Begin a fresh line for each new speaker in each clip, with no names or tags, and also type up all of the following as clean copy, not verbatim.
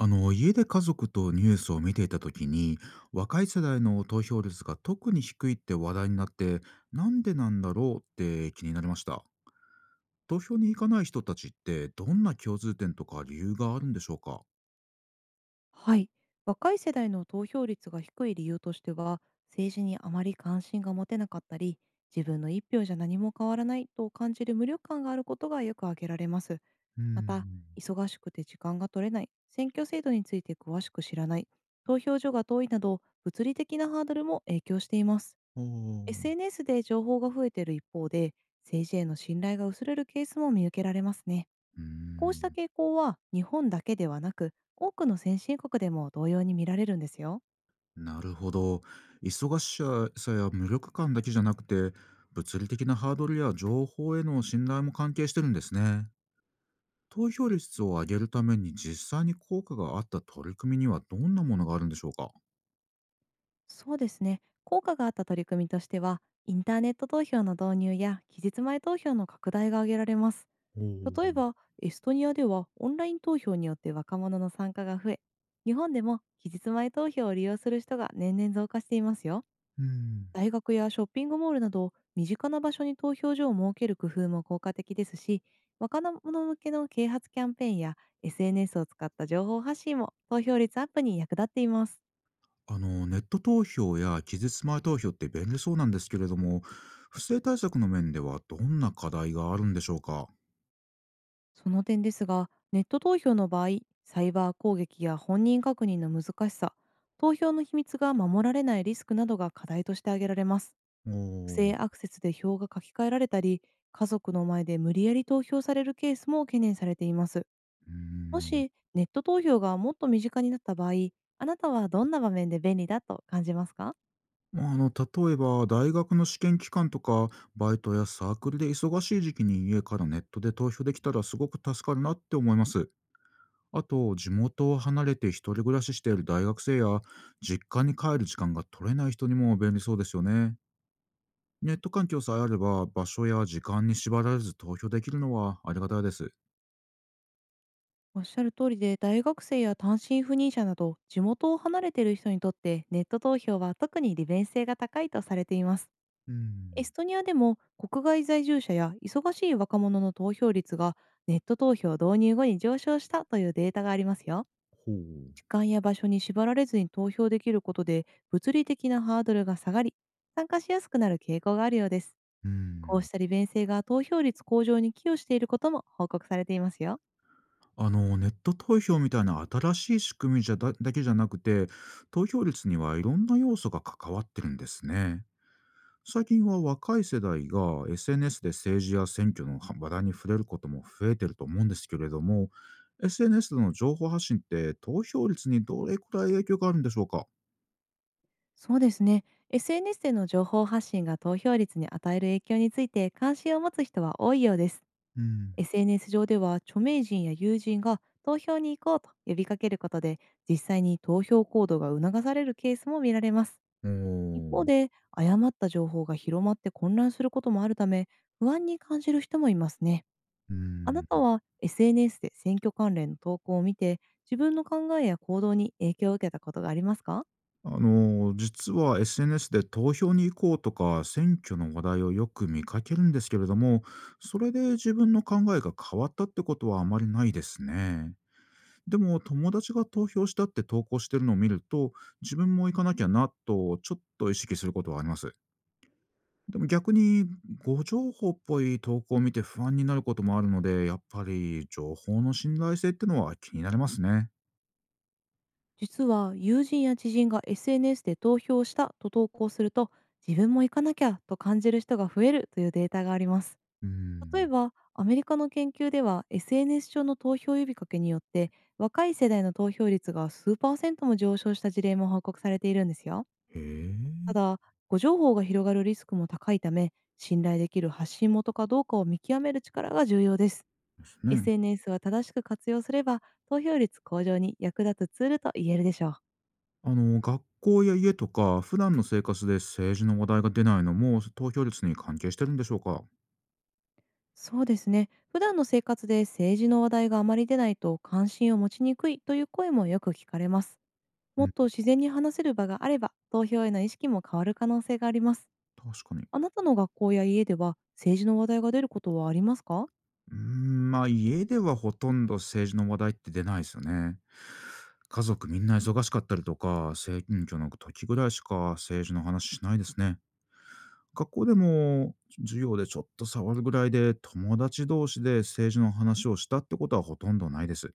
家で家族とニュースを見ていた時に若い世代の投票率が特に低いって話題になってなんでなんだろうって気になりました。投票に行かない人たちってどんな共通点とか理由があるんでしょうか？
はい、若い世代の投票率が低い理由としては、政治にあまり関心が持てなかったり、自分の一票じゃ何も変わらないと感じる無力感があることがよく挙げられます。
うー
また、
ん。
忙しくて時間が取れない、選挙制度について詳しく知らない、投票所が遠いなど物理的なハードルも影響しています。
あー。
SNS で情報が増えている一方で、政治への信頼が薄れるケースも見受けられますね。
うー
こうした
ん。
傾向は日本だけではなく、多くの先進国でも同様に見られるんですよ。
なるほど。忙しさや無力感だけじゃなくて、物理的なハードルや情報への信頼も関係してるんですね。投票率を上げるために実際に効果があった取り組みにはどんなものがあるんでしょうか？
そうですね。効果があった取り組みとしては、インターネット投票の導入や期日前投票の拡大が挙げられます。
お
例え
ー。
ば、エストニアではオンライン投票によって若者の参加が増え、日本でも期日前投票を利用する人が年々増加していますよ。
うん。
大学やショッピングモールなど身近な場所に投票所を設ける工夫も効果的ですし、若者向けの啓発キャンペーンや SNS を使った情報発信も投票率アップに役立っています。
あの、ネット投票や期日前投票って便利そうなんですけれども、不正対策の面ではどんな課題があるんでしょうか？
その点ですが、ネット投票の場合、サイバー攻撃や本人確認の難しさ、投票の秘密が守られないリスクなどが課題として挙げられます。
お
不正
ー。
アクセスで票が書き換えられたり、家族の前で無理やり投票されるケースも懸念されています。
うー
も
ん。
しネット投票がもっと身近になった場合、あなたはどんな場面で便利だと感じますか？
まあ、例えば大学の試験期間とか、バイトやサークルで忙しい時期に家からネットで投票できたらすごく助かるなって思います。あと、地元を離れて一人暮らししている大学生や、実家に帰る時間が取れない人にも便利そうですよね。ネット環境さえあれば、場所や時間に縛られず投票できるのはありがたいです。
おっしゃる通りで、大学生や単身赴任者など、地元を離れている人にとって、ネット投票は特に利便性が高いとされています。
う
エ
ん。
ストニアでも、国外在住者や忙しい若者の投票率が、ネット投票導入後に上昇したというデータがありますよ。
ほ
時
う。
間や場所に縛られずに投票できることで、物理的なハードルが下がり、参加しやすくなる傾向があるようです。
う
こうし
ん。
た利便性が投票率向上に寄与していることも報告されていますよ。
あの、ネット投票みたいな新しい仕組みじゃだだけじゃなくて、投票率にはいろんな要素が関わってるんですね。最近は若い世代が SNS で政治や選挙の話題に触れることも増えてると思うんですけれども、 SNS での情報発信って投票率にどれくらい影響があるんでしょうか？
そうですね。SNS での情報発信が投票率に与える影響について関心を持つ人は多いようです。
うん。
SNS 上では著名人や友人が投票に行こうと呼びかけることで、実際に投票行動が促されるケースも見られます。
お
一方
ー。
で、誤った情報が広まって混乱することもあるため、不安に感じる人もいますね。
う
あなた
ん。
は SNS で選挙関連の投稿を見て、自分の考えや行動に影響を受けたことがありますか？
あの、実は SNS で投票に行こうとか選挙の話題をよく見かけるんですけれども、それで自分の考えが変わったってことはあまりないですね。でも、友達が投票したって投稿してるのを見ると、自分も行かなきゃなとちょっと意識することはあります。でも逆に、誤情報っぽい投稿を見て不安になることもあるので、やっぱり情報の信頼性ってのは気になりますね。
実は、友人や知人が SNS で投票したと投稿すると、自分も行かなきゃと感じる人が増えるというデータがあります。
う
例え
ん。
ばアメリカの研究では、 SNS 上の投票呼びかけによって若い世代の投票率が数パーセントも上昇した事例も報告されているんですよ。
へえ。
ただ、誤情報が広がるリスクも高いため、信頼できる発信元かどうかを見極める力が重要です。
ですね。
SNS は正しく活用すれば、投票率向上に役立つツールと言えるでしょう。
あの、学校や家とか、普段の生活で政治の話題が出ないのも投票率に関係してるんでしょうか。
そうですね。普段の生活で政治の話題があまり出ないと、関心を持ちにくいという声もよく聞かれます。
う
もっ
ん、
と自然に話せる場があれば、投票への意識も変わる可能性があります。
確かに。
あなたの学校や家では政治の話題が出ることはありますか？
うーん、まあ家ではほとんど政治の話題って出ないですよね。家族みんな忙しかったりとか、選挙の時ぐらいしか政治の話しないですね。学校でも授業でちょっと触るぐらいで、友達同士で政治の話をしたってことはほとんどないです。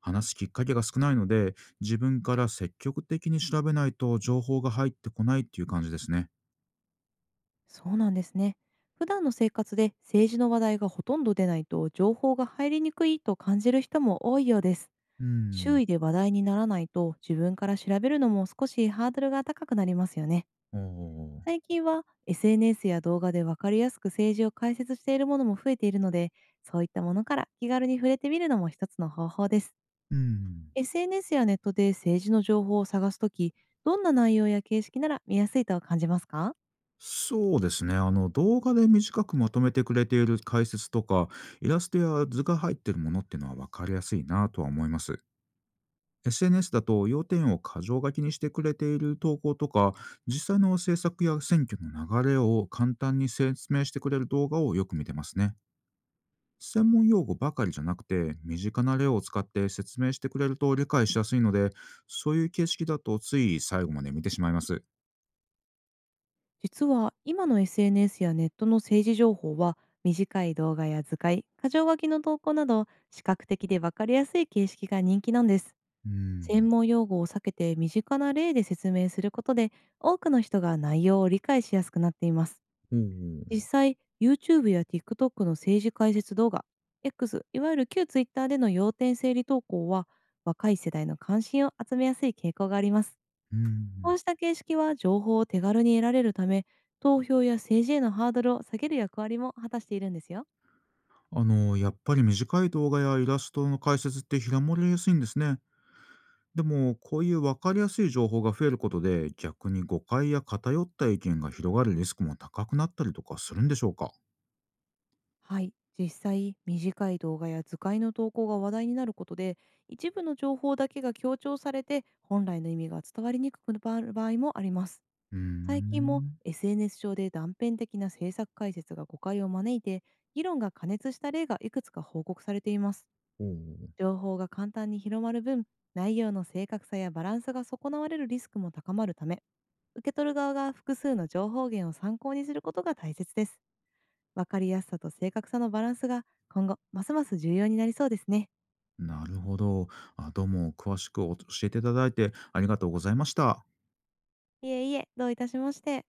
話すきっかけが少ないので、自分から積極的に調べないと情報が入ってこないっていう感じですね。
そうなんですね。普段の生活で政治の話題がほとんど出ないと、情報が入りにくいと感じる人も多いようです。
うー
周
ん。
囲で話題にならないと、自分から調べるのも少しハードルが高くなりますよね。
おー。
最近は SNS や動画で分かりやすく政治を解説しているものも増えているので、そういったものから気軽に触れてみるのも一つの方法です。
うーん。
SNS やネットで政治の情報を探すとき、どんな内容や形式なら見やすいと感じますか？
そうですね。あの、動画で短くまとめてくれている解説とか、イラストや図が入ってるものっていうのは分かりやすいなとは思います。SNS だと要点を箇条書きにしてくれている投稿とか、実際の制作や選挙の流れを簡単に説明してくれる動画をよく見てますね。専門用語ばかりじゃなくて、身近な例を使って説明してくれると理解しやすいので、そういう形式だとつい最後まで見てしまいます。
実は今の SNS やネットの政治情報は、短い動画や図解、箇条書きの投稿など視覚的で分かりやすい形式が人気なんです。
う
専
ん。
門用語を避けて身近な例で説明することで、多くの人が内容を理解しやすくなっています。
おうおう。
実際、YouTube や TikTok の政治解説動画、X、いわゆる旧 Twitter での要点整理投稿は、若い世代の関心を集めやすい傾向があります。
う
こ
ん。
うした形式は情報を手軽に得られるため、投票や政治へのハードルを下げる役割も果たしているんですよ。
あの、やっぱり短い動画やイラストの解説って広まりやすいんですね。でも、こういう分かりやすい情報が増えることで、逆に誤解や偏った意見が広がるリスクも高くなったりとかするんでしょうか？
はい、実際、短い動画や図解の投稿が話題になることで、一部の情報だけが強調されて、本来の意味が伝わりにくくなる場合もあります。
うー
最近も
ん。
SNS 上で断片的な政策解説が誤解を招いて、議論が過熱した例がいくつか報告されています。
おお、
情報が簡単に広まる分、内容の正確さやバランスが損なわれるリスクも高まるため、受け取る側が複数の情報源を参考にすることが大切です。わかりやすさと正確さのバランスが今後ますます重要になりそうですね。
なるほど。どうも詳しく教えていただいてありがとうございました。
いえいえ、どういたしまして。